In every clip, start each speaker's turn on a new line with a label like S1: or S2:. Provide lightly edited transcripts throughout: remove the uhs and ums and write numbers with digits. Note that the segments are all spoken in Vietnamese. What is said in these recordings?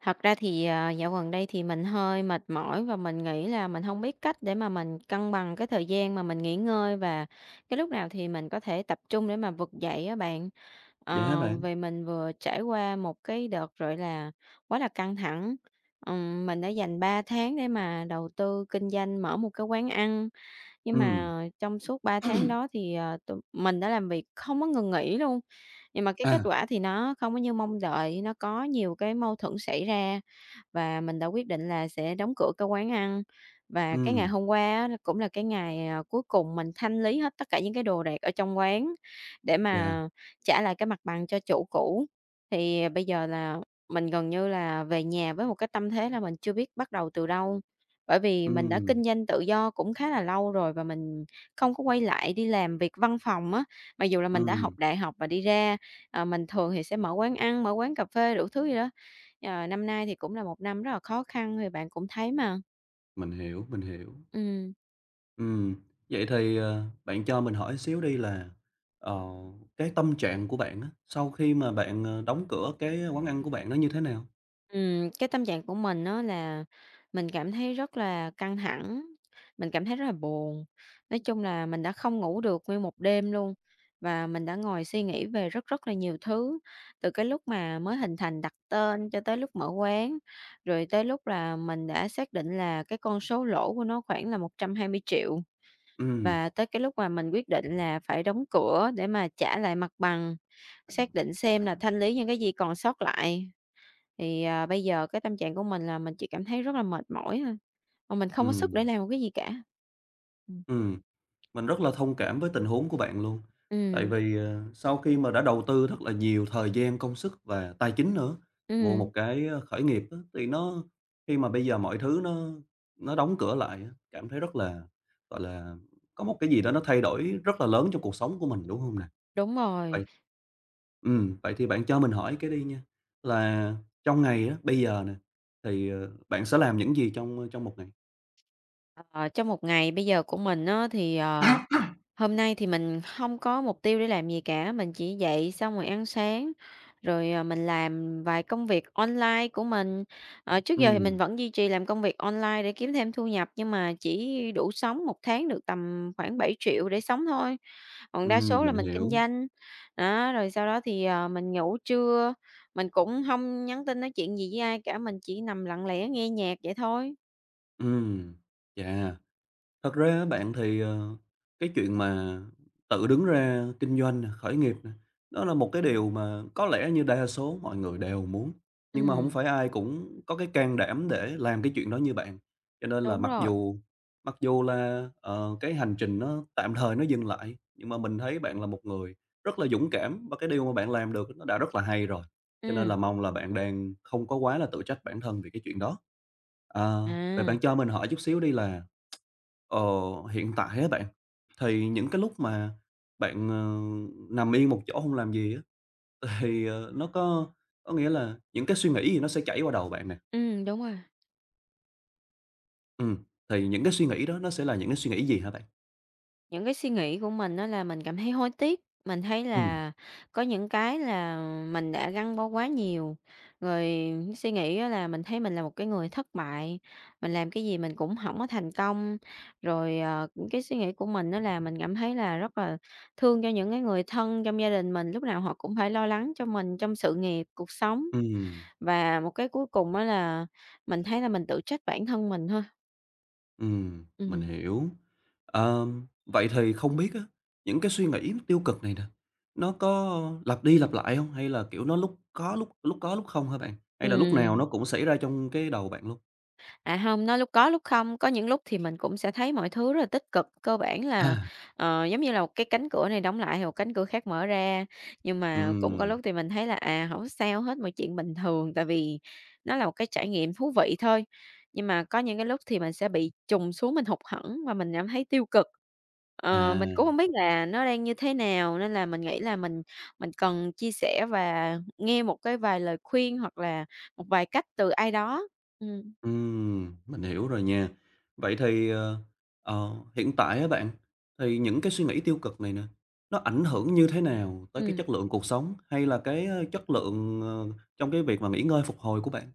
S1: Thật ra thì, dạo gần đây thì mình hơi mệt mỏi và mình nghĩ là mình không biết cách để mà mình cân bằng cái thời gian mà mình nghỉ ngơi và cái lúc nào thì mình có thể tập trung để mà vực dậy á bạn.
S2: Vậy hả bạn?
S1: Vì mình vừa trải qua một cái đợt, gọi là, quá là căng thẳng. Mình đã dành 3 tháng để mà đầu tư kinh doanh mở một cái quán ăn, nhưng
S2: Ừm.
S1: mà trong suốt 3 tháng đó thì, tụi mình đã làm việc không có ngừng nghỉ luôn, nhưng mà cái kết
S2: À,
S1: quả thì nó không có như mong đợi, nó có nhiều cái mâu thuẫn xảy ra và mình đã quyết định là sẽ đóng cửa cái quán ăn. Và cái ngày
S2: ừm,
S1: hôm qua á, nó cũng là cái ngày, cuối cùng mình thanh lý hết tất cả những cái đồ đạc ở trong quán để
S2: dạ,
S1: mà trả lại cái mặt bằng cho chủ cũ. Thì bây giờ là mình gần như là về nhà với một cái tâm thế là mình chưa biết bắt đầu từ đâu, bởi vì mình đã
S2: ừm,
S1: kinh doanh tự do cũng khá là lâu rồi và mình không có quay lại đi làm việc văn phòng á. Mặc dù là mình đã học
S2: ừm,
S1: đại học và đi ra, mình thường thì sẽ mở quán ăn, mở quán cà phê đủ thứ gì đó. Năm nay thì cũng là một năm rất là khó khăn thì bạn cũng thấy mà.
S2: mình hiểu, mình hiểu.
S1: Ừm,
S2: Ừm, vậy thì, bạn cho mình hỏi xíu đi là, ờ, cái tâm trạng của bạn á, sau khi mà bạn, đóng cửa cái quán ăn của bạn nó như thế nào?
S1: cái tâm trạng của mình á là mình cảm thấy rất là căng thẳng, mình cảm thấy rất là buồn. Nói chung là mình đã không ngủ được nguyên một đêm luôn và mình đã ngồi suy nghĩ về rất rất là nhiều thứ, từ cái lúc mà mới hình thành đặt tên cho tới lúc mở quán, rồi tới lúc là mình đã xác định là cái con số lỗ của nó khoảng là 120 triệu.
S2: Ừm,
S1: Và tới cái lúc mà mình quyết định là phải đóng cửa để mà trả lại mặt bằng, xác định xem là thanh lý những cái gì còn sót lại, thì, bây giờ cái tâm trạng của mình là mình chỉ cảm thấy rất là mệt mỏi thôi, mà mình không có sức để
S2: ừm,
S1: làm một cái gì cả. Ừm.
S2: ừm. Mình rất là thông cảm với tình huống của bạn luôn. Tại
S1: Ừm,
S2: vì, sau khi mà đã đầu tư rất là nhiều thời gian, công sức và tài chính nữa vô
S1: ừm,
S2: một cái, khởi nghiệp á, thì khi mà bây giờ mọi thứ nó đóng cửa lại á, cảm thấy rất là, gọi là, có một cái gì đó nó thay đổi rất là lớn trong cuộc sống của mình, đúng không nè?
S1: đúng rồi.
S2: Vậy vậy thì bạn cho mình hỏi cái đi nha, là trong ngày á, bây giờ nè, thì, bạn sẽ làm những gì trong, trong một ngày?
S1: Ờ, Trong một ngày bây giờ của mình á thì, hôm nay thì mình không có mục tiêu để làm gì cả, mình chỉ dậy xong rồi ăn sáng, rồi, mình làm vài công việc online của mình. Trước giờ thì
S2: Ừm,
S1: mình vẫn duy trì làm công việc online để kiếm thêm thu nhập, nhưng mà chỉ đủ sống một tháng được tầm khoảng 7 triệu để sống thôi, còn đa số là
S2: mình
S1: mình kinh
S2: hiểu.
S1: doanh. Đó, rồi sau đó thì, mình ngủ trưa, mình cũng không nhắn tin nói chuyện gì với ai cả, mình chỉ nằm lặng lẽ nghe nhạc vậy thôi.
S2: Ừm, chà. Thật ra á bạn thì, cái chuyện mà tự đứng ra kinh doanh nè, khởi nghiệp nè, nó là một cái điều mà có lẽ như đa số mọi người đều muốn, nhưng mà không
S1: Ừm,
S2: phải ai cũng có cái can đảm để làm cái chuyện đó như bạn. Cho nên là
S1: đúng
S2: mặc
S1: rồi,
S2: dù mặc dù là, cái hành trình nó tạm thời nó dừng lại, nhưng mà mình thấy bạn là một người rất là dũng cảm và cái điều mà bạn làm được nó đã rất là hay rồi, cho nên là
S1: ừm,
S2: mong là bạn đang không có quá là tự trách bản thân vì cái chuyện đó. Ờ, vậy
S1: à,
S2: bạn cho mình hỏi chút xíu đi là Ờ, hiện tại á bạn, thì những cái lúc mà bạn, nằm yên một chỗ không làm gì á, thì, nó có nghĩa là những cái suy nghĩ thì nó sẽ chảy qua đầu bạn nè.
S1: đúng rồi.
S2: Ừm, thì những cái suy nghĩ đó nó sẽ là những cái suy nghĩ gì hả bạn?
S1: Những cái suy nghĩ của mình đó là mình cảm thấy hối tiếc, mình thấy
S2: Ừm,
S1: là có những cái là mình đã gắn bó quá nhiều. Rồi. Cái suy nghĩ á là mình thấy mình là một cái người thất bại, mình làm cái gì mình cũng không có thành công. Rồi, cái suy nghĩ của mình đó là mình cảm thấy là rất là thương cho những cái người thân trong gia đình mình, lúc nào họ cũng phải lo lắng cho mình trong sự nghiệp, cuộc sống.
S2: ừm,
S1: Và một cái cuối cùng đó là mình thấy là mình tự trách bản thân mình thôi.
S2: mình
S1: Ừm.
S2: hiểu. Vậy thì không biết á, những cái suy nghĩ tiêu cực này nè, nó có lặp đi lặp lại không? Hay là, kiểu, nó lúc có lúc không hả bạn? Hay là lúc nào
S1: Ừm.
S2: nó cũng xảy ra trong cái đầu bạn luôn?
S1: À, hông, nó lúc có lúc không, có những lúc thì mình cũng sẽ thấy mọi thứ rất là tích cực, cơ bản là,
S2: À,
S1: giống như là một cái cánh cửa này đóng lại thì một cánh cửa khác mở ra. Nhưng mà cũng có
S2: ừm,
S1: lúc thì mình thấy là, hổng sao hết, mọi chuyện bình thường, tại vì nó là một cái trải nghiệm thú vị thôi. Nhưng mà có những cái lúc thì mình sẽ bị trùng xuống, mình hụt hẫng và mình cảm thấy tiêu cực. Mình cũng
S2: à.
S1: không biết là nó đang như thế nào, nên là mình nghĩ là mình cần chia sẻ và nghe một cái vài lời khuyên hoặc là một vài cách từ ai đó. Ừm,
S2: Mình hiểu rồi nha. Vậy thì, hiện tại á bạn, thì những cái suy nghĩ tiêu cực này nè, nó ảnh hưởng như thế nào tới cái
S1: ừm.
S2: chất lượng cuộc sống hay là cái, chất lượng, trong cái việc mà nghỉ ngơi, phục hồi của bạn?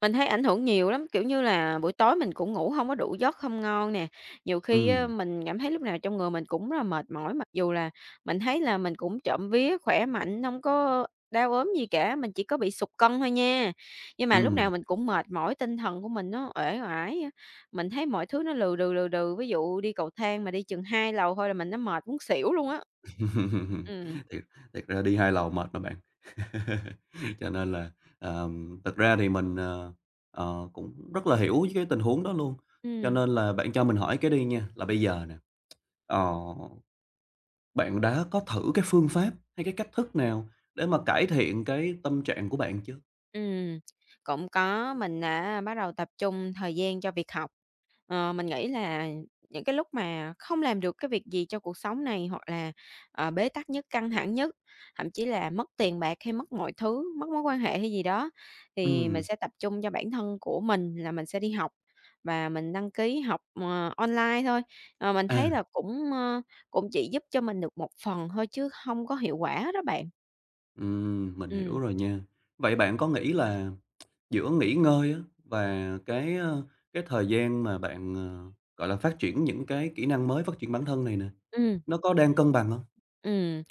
S1: Mình thấy ảnh hưởng nhiều lắm, kiểu như là, buổi tối mình cũng ngủ không có đủ giấc, không ngon nè. Nhiều khi á,
S2: Ừm,
S1: mình cảm thấy lúc nào trong người mình cũng rất là mệt mỏi, mặc dù là mình thấy là mình cũng trộm vía khỏe mạnh, không có đau ốm gì cả, mình chỉ có bị sụt cân thôi nha. Nhưng mà lúc
S2: ừm.
S1: nào mình cũng mệt mỏi, tinh thần của mình nó uể oải á, mình thấy mọi thứ nó lừ đừ, lừ đừ. Ví dụ đi cầu thang mà đi chừng 2 lầu thôi là mình nó mệt muốn xỉu luôn á. Ừm,
S2: Thiệt thiệt ra đi hai lầu mệt mà bạn. Cho nên là, thật ra thì mình, cũng rất là hiểu cái tình huống đó luôn. Cho nên
S1: ừm,
S2: là bạn cho mình hỏi cái đi nha, là bây giờ nè, ờ bạn đã có thử cái phương pháp hay cái cách thức nào để mà cải thiện cái tâm trạng của bạn chưa?
S1: ừm, cũng có. Mình đã bắt đầu tập trung thời gian cho việc học. Mình nghĩ là những cái lúc mà không làm được cái việc gì cho cuộc sống này hoặc là, bế tắc nhất, căng thẳng nhất, thậm chí là mất tiền bạc hay mất mọi thứ, mất mối quan hệ hay gì đó, thì mình
S2: Ừm,
S1: sẽ tập trung cho bản thân của mình là mình sẽ đi học và mình đăng ký học, online thôi. Mình
S2: à,
S1: thấy là cũng chỉ giúp cho mình được một phần thôi chứ không có hiệu quả đó bạn.
S2: mình hiểu
S1: Ừm.
S2: rồi nha. Vậy bạn có nghĩ là giữa nghỉ ngơi á và cái, cái thời gian mà bạn, gọi là, phát triển những cái kỹ năng mới, phát triển bản thân này nè,
S1: Ừm.
S2: nó có đang cân bằng không?
S1: Ừm,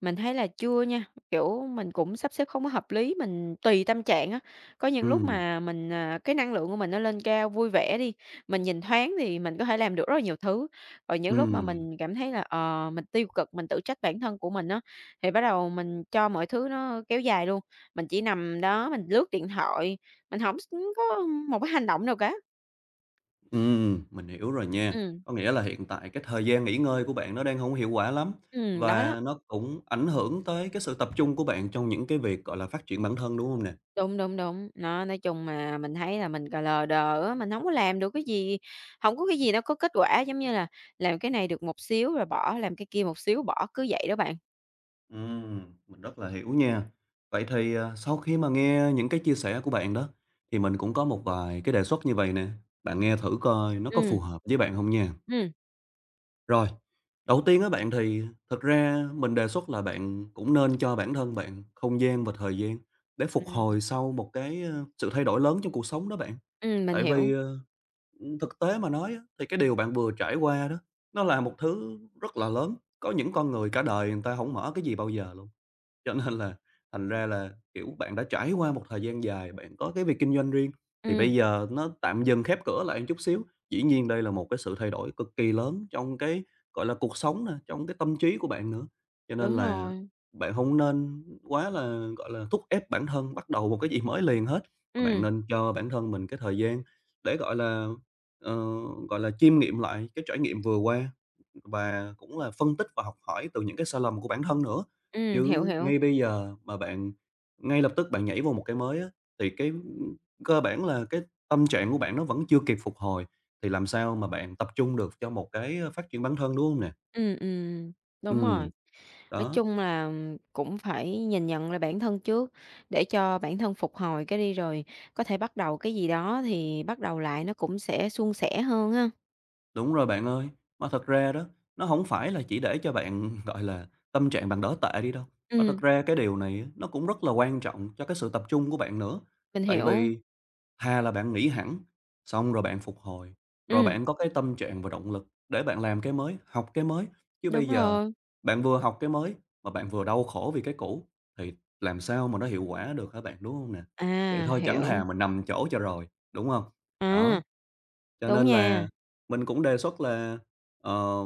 S1: mình thấy là chưa nha, kiểu, mình cũng sắp xếp không có hợp lý, mình tùy tâm trạng á. Có những lúc
S2: Ừm,
S1: mà mình, cái năng lượng của mình nó lên cao, vui vẻ đi, mình nhìn thoáng thì mình có thể làm được rất là nhiều thứ. Rồi những lúc mà
S2: ừm.
S1: mình cảm thấy là, mình tiêu cực, mình tự trách bản thân của mình á, thì bắt đầu mình cho mọi thứ nó kéo dài luôn. Mình chỉ nằm đó, mình lướt điện thoại, mình không có một cái hành động nào cả.
S2: Mình hiểu rồi nha.
S1: Ừm,
S2: Có nghĩa là hiện tại cái thời gian nghỉ ngơi của bạn nó đang không hiệu quả lắm
S1: đó đó.
S2: và nó cũng ảnh hưởng tới cái sự tập trung của bạn trong những cái việc, gọi là, phát triển bản thân, đúng không nè?
S1: Đúng, đúng, đúng. Nó, nói chung mà mình thấy là mình cà lờ đờ á, mình không có làm được cái gì, không có cái gì nó có kết quả, giống như là làm cái này được một xíu rồi bỏ, làm cái kia một xíu bỏ, cứ vậy đó bạn.
S2: Ừm, mình rất là hiểu nha. Vậy thì, sau khi mà nghe những cái chia sẻ của bạn đó, thì mình cũng có một vài cái đề xuất như vậy nè, bạn nghe thử coi nó có phù
S1: Ừm,
S2: hợp với bạn không nha.
S1: ừm.
S2: Rồi, đầu tiên á bạn thì thực ra mình đề xuất là bạn cũng nên cho bản thân bạn không gian và thời gian để phục
S1: À.
S2: hồi sau một cái, sự thay đổi lớn trong cuộc sống đó bạn.
S1: Mình
S2: Tại
S1: hiểu.
S2: vì, thực tế mà nói á, thì cái điều bạn vừa trải qua đó, nó là một thứ rất là lớn, có những con người cả đời người ta không mở cái gì bao giờ luôn. Cho nên là thành ra là, kiểu, bạn đã trải qua một thời gian dài, bạn có cái việc kinh doanh riêng, thì bây
S1: Ừm,
S2: giờ nó tạm dừng khép cửa lại một chút xíu. Dĩ nhiên đây là một cái sự thay đổi cực kỳ lớn trong cái, gọi là, cuộc sống nè, trong cái tâm trí của bạn nữa, cho nên
S1: đúng
S2: là
S1: rồi.
S2: bạn không nên quá là, gọi là, thúc ép bản thân bắt đầu một cái gì mới liền hết, mà bạn
S1: Ừm,
S2: nên cho bản thân mình cái thời gian để, gọi là, ờ, gọi là, chiêm nghiệm lại cái trải nghiệm vừa qua. Và cũng là phân tích và học hỏi từ những cái sai lầm của bản thân nữa.
S1: hiểu,
S2: Chứ
S1: hiểu.
S2: ngay bây giờ mà bạn ngay lập tức bạn nhảy vô một cái mới á, thì cơ bản là cái tâm trạng của bạn nó vẫn chưa kịp phục hồi, thì làm sao mà bạn tập trung được cho một cái, phát triển bản thân, đúng không nè?
S1: Ừm, ừm, đúng
S2: Ừm,
S1: rồi. Nói
S2: đó,
S1: chung là cũng phải nhìn nhận lại bản thân trước, để cho bản thân phục hồi cái đi rồi có thể bắt đầu cái gì đó thì bắt đầu lại nó cũng sẽ suôn sẻ hơn ha.
S2: đúng rồi bạn ơi. Mà thật ra đó, nó không phải là chỉ để cho bạn, gọi là, tâm trạng bạn đỡ tệ đi đâu, mà thật
S1: Ừm,
S2: ra cái điều này á, nó cũng rất là quan trọng cho cái sự tập trung của bạn nữa.
S1: mình
S2: Tại
S1: hiểu.
S2: vì Thà là bạn nghỉ hẳn, xong rồi bạn phục hồi, rồi
S1: Ừm.
S2: bạn có cái tâm trạng và động lực để bạn làm cái mới, học cái mới. Chứ bây
S1: Đúng
S2: giờ
S1: rồi,
S2: bạn vừa học cái mới mà bạn vừa đau khổ vì cái cũ thì làm sao mà nó hiệu quả được hả bạn, đúng không nè? Vậy
S1: à,
S2: thôi chẳng thà
S1: hiểu,
S2: mình nằm chỗ cho rồi, đúng không? Đó.
S1: à,
S2: Cho
S1: đúng
S2: nên
S1: nha,
S2: là mình cũng đề xuất là, ờ,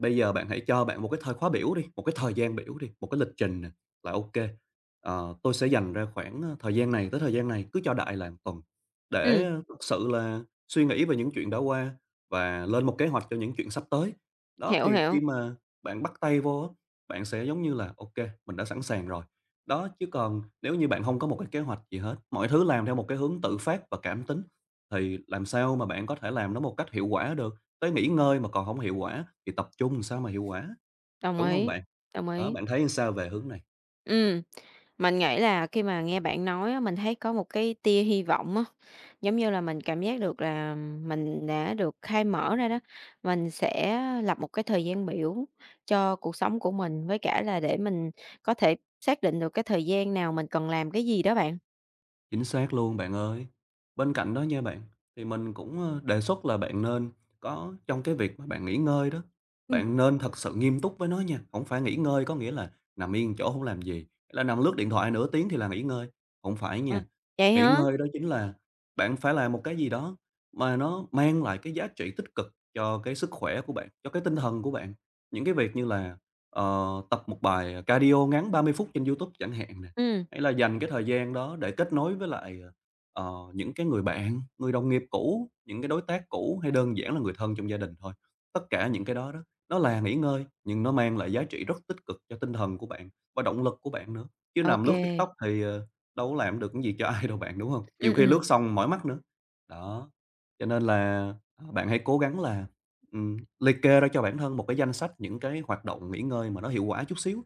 S2: bây giờ bạn hãy cho bạn một cái thời khóa biểu đi, một cái thời gian biểu đi, một cái lịch trình nè, là ok. Tôi sẽ dành ra khoảng, thời gian này tới thời gian này, cứ cho đại là một tuần,
S1: ừm,
S2: để thực sự là suy nghĩ về những chuyện đã qua và lên một kế hoạch cho những chuyện sắp tới. Đó,
S1: hiểu,
S2: thì khi
S1: hiểu,
S2: mà bạn bắt tay vô á, bạn sẽ giống như là ok, mình đã sẵn sàng rồi. Đó, chứ còn nếu như bạn không có một cái kế hoạch gì hết, mọi thứ làm theo một cái hướng tự phát và cảm tính thì làm sao mà bạn có thể làm nó một cách hiệu quả được. Tới nghỉ ngơi mà còn không hiệu quả thì tập trung làm sao mà hiệu quả,
S1: đồng
S2: đúng không
S1: ý,
S2: bạn?
S1: đồng
S2: Đó,
S1: ý.
S2: bạn thấy sao về hướng này?
S1: Ừm, mình nghĩ là khi mà nghe bạn nói á, mình thấy có một cái tia hy vọng á, giống như là mình cảm giác được là mình đã được khai mở ra đó, mình sẽ lập một cái thời gian biểu cho cuộc sống của mình, với cả là để mình có thể xác định được cái thời gian nào mình cần làm cái gì đó bạn.
S2: Chính xác luôn bạn ơi. Bên cạnh đó nha bạn, thì mình cũng, đề xuất là bạn nên có trong cái việc mà bạn nghỉ ngơi đó,
S1: Ừm,
S2: bạn nên thật sự nghiêm túc với nó nha, không phải nghỉ ngơi có nghĩa là nằm yên chỗ không làm gì, hay là nằm lướt điện thoại nửa tiếng thì là nghỉ ngơi, không phải
S1: ờ,
S2: nha.
S1: vậy
S2: Nghỉ
S1: hả?
S2: ngơi đó chính là bạn phải làm một cái gì đó mà nó mang lại cái giá trị tích cực cho cái sức khỏe của bạn, cho cái tinh thần của bạn. Những cái việc như là, tập một bài cardio ngắn 30 phút trên YouTube chẳng hạn nè.
S1: Ừm,
S2: Hay là dành cái thời gian đó để kết nối với lại, những cái người bạn, người đồng nghiệp cũ, những cái đối tác cũ hay đơn giản là người thân trong gia đình thôi. Tất cả những cái đó đó, nó là nghỉ ngơi, nhưng nó mang lại giá trị rất tích cực cho tinh thần của bạn và động lực của bạn nữa. Chứ
S1: ô
S2: nằm lướt
S1: kê,
S2: TikTok thì, đâu có làm được cái gì cho ai đâu bạn, đúng không? Nhiều
S1: ừm,
S2: khi lướt
S1: ừm,
S2: xong mỏi mắt nữa. Đó. Cho nên là, bạn hãy cố gắng là, liệt kê ra cho bản thân một cái danh sách những cái hoạt động nghỉ ngơi mà nó hiệu quả chút xíu,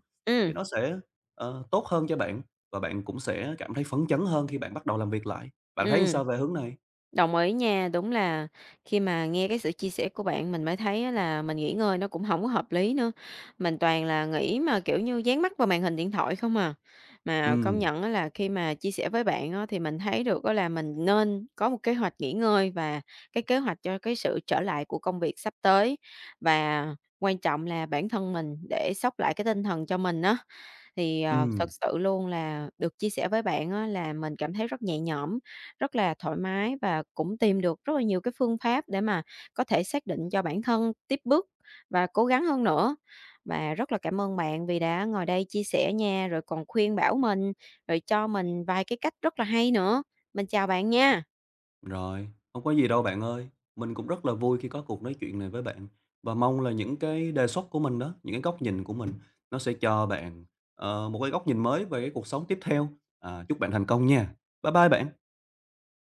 S2: thì
S1: ừm,
S2: nó sẽ, tốt hơn cho bạn và bạn cũng sẽ cảm thấy phấn chấn hơn khi bạn bắt đầu làm việc lại. Bạn thấy sao về hướng này?
S1: Đồng ý nha, đúng là khi mà nghe cái sự chia sẻ của bạn mình mới thấy á là mình nghỉ ngơi nó cũng không có hợp lý nữa. Mình toàn là nghĩ mà, kiểu như, dán mắt vào màn hình điện thoại không à. Mà
S2: Ừ
S1: công nhận á là khi mà chia sẻ với bạn á thì mình thấy được á là mình nên có một kế hoạch nghỉ ngơi và cái kế hoạch cho cái sự trở lại của công việc sắp tới, và quan trọng là bản thân mình để xốc lại cái tinh thần cho mình á. Thì, thật
S2: ừm,
S1: sự luôn là được chia sẻ với bạn á là mình cảm thấy rất nhẹ nhõm rất là thoải mái và cũng tìm được rất là nhiều cái phương pháp để mà có thể xác định cho bản thân tiếp bước và cố gắng hơn nữa. Và rất là cảm ơn bạn vì đã ngồi đây chia sẻ nha, rồi còn khuyên bảo mình, rồi cho mình vài cái cách rất là hay nữa. Mình chào bạn nha.
S2: rồi, không có gì đâu bạn ơi. Mình cũng rất là vui khi có cuộc nói chuyện này với bạn và mong là những cái đề xuất của mình đó, những cái góc nhìn của mình nó sẽ cho bạn, một cái góc nhìn mới về cái cuộc sống tiếp theo. À, chúc bạn thành công nha. Bye bye bạn.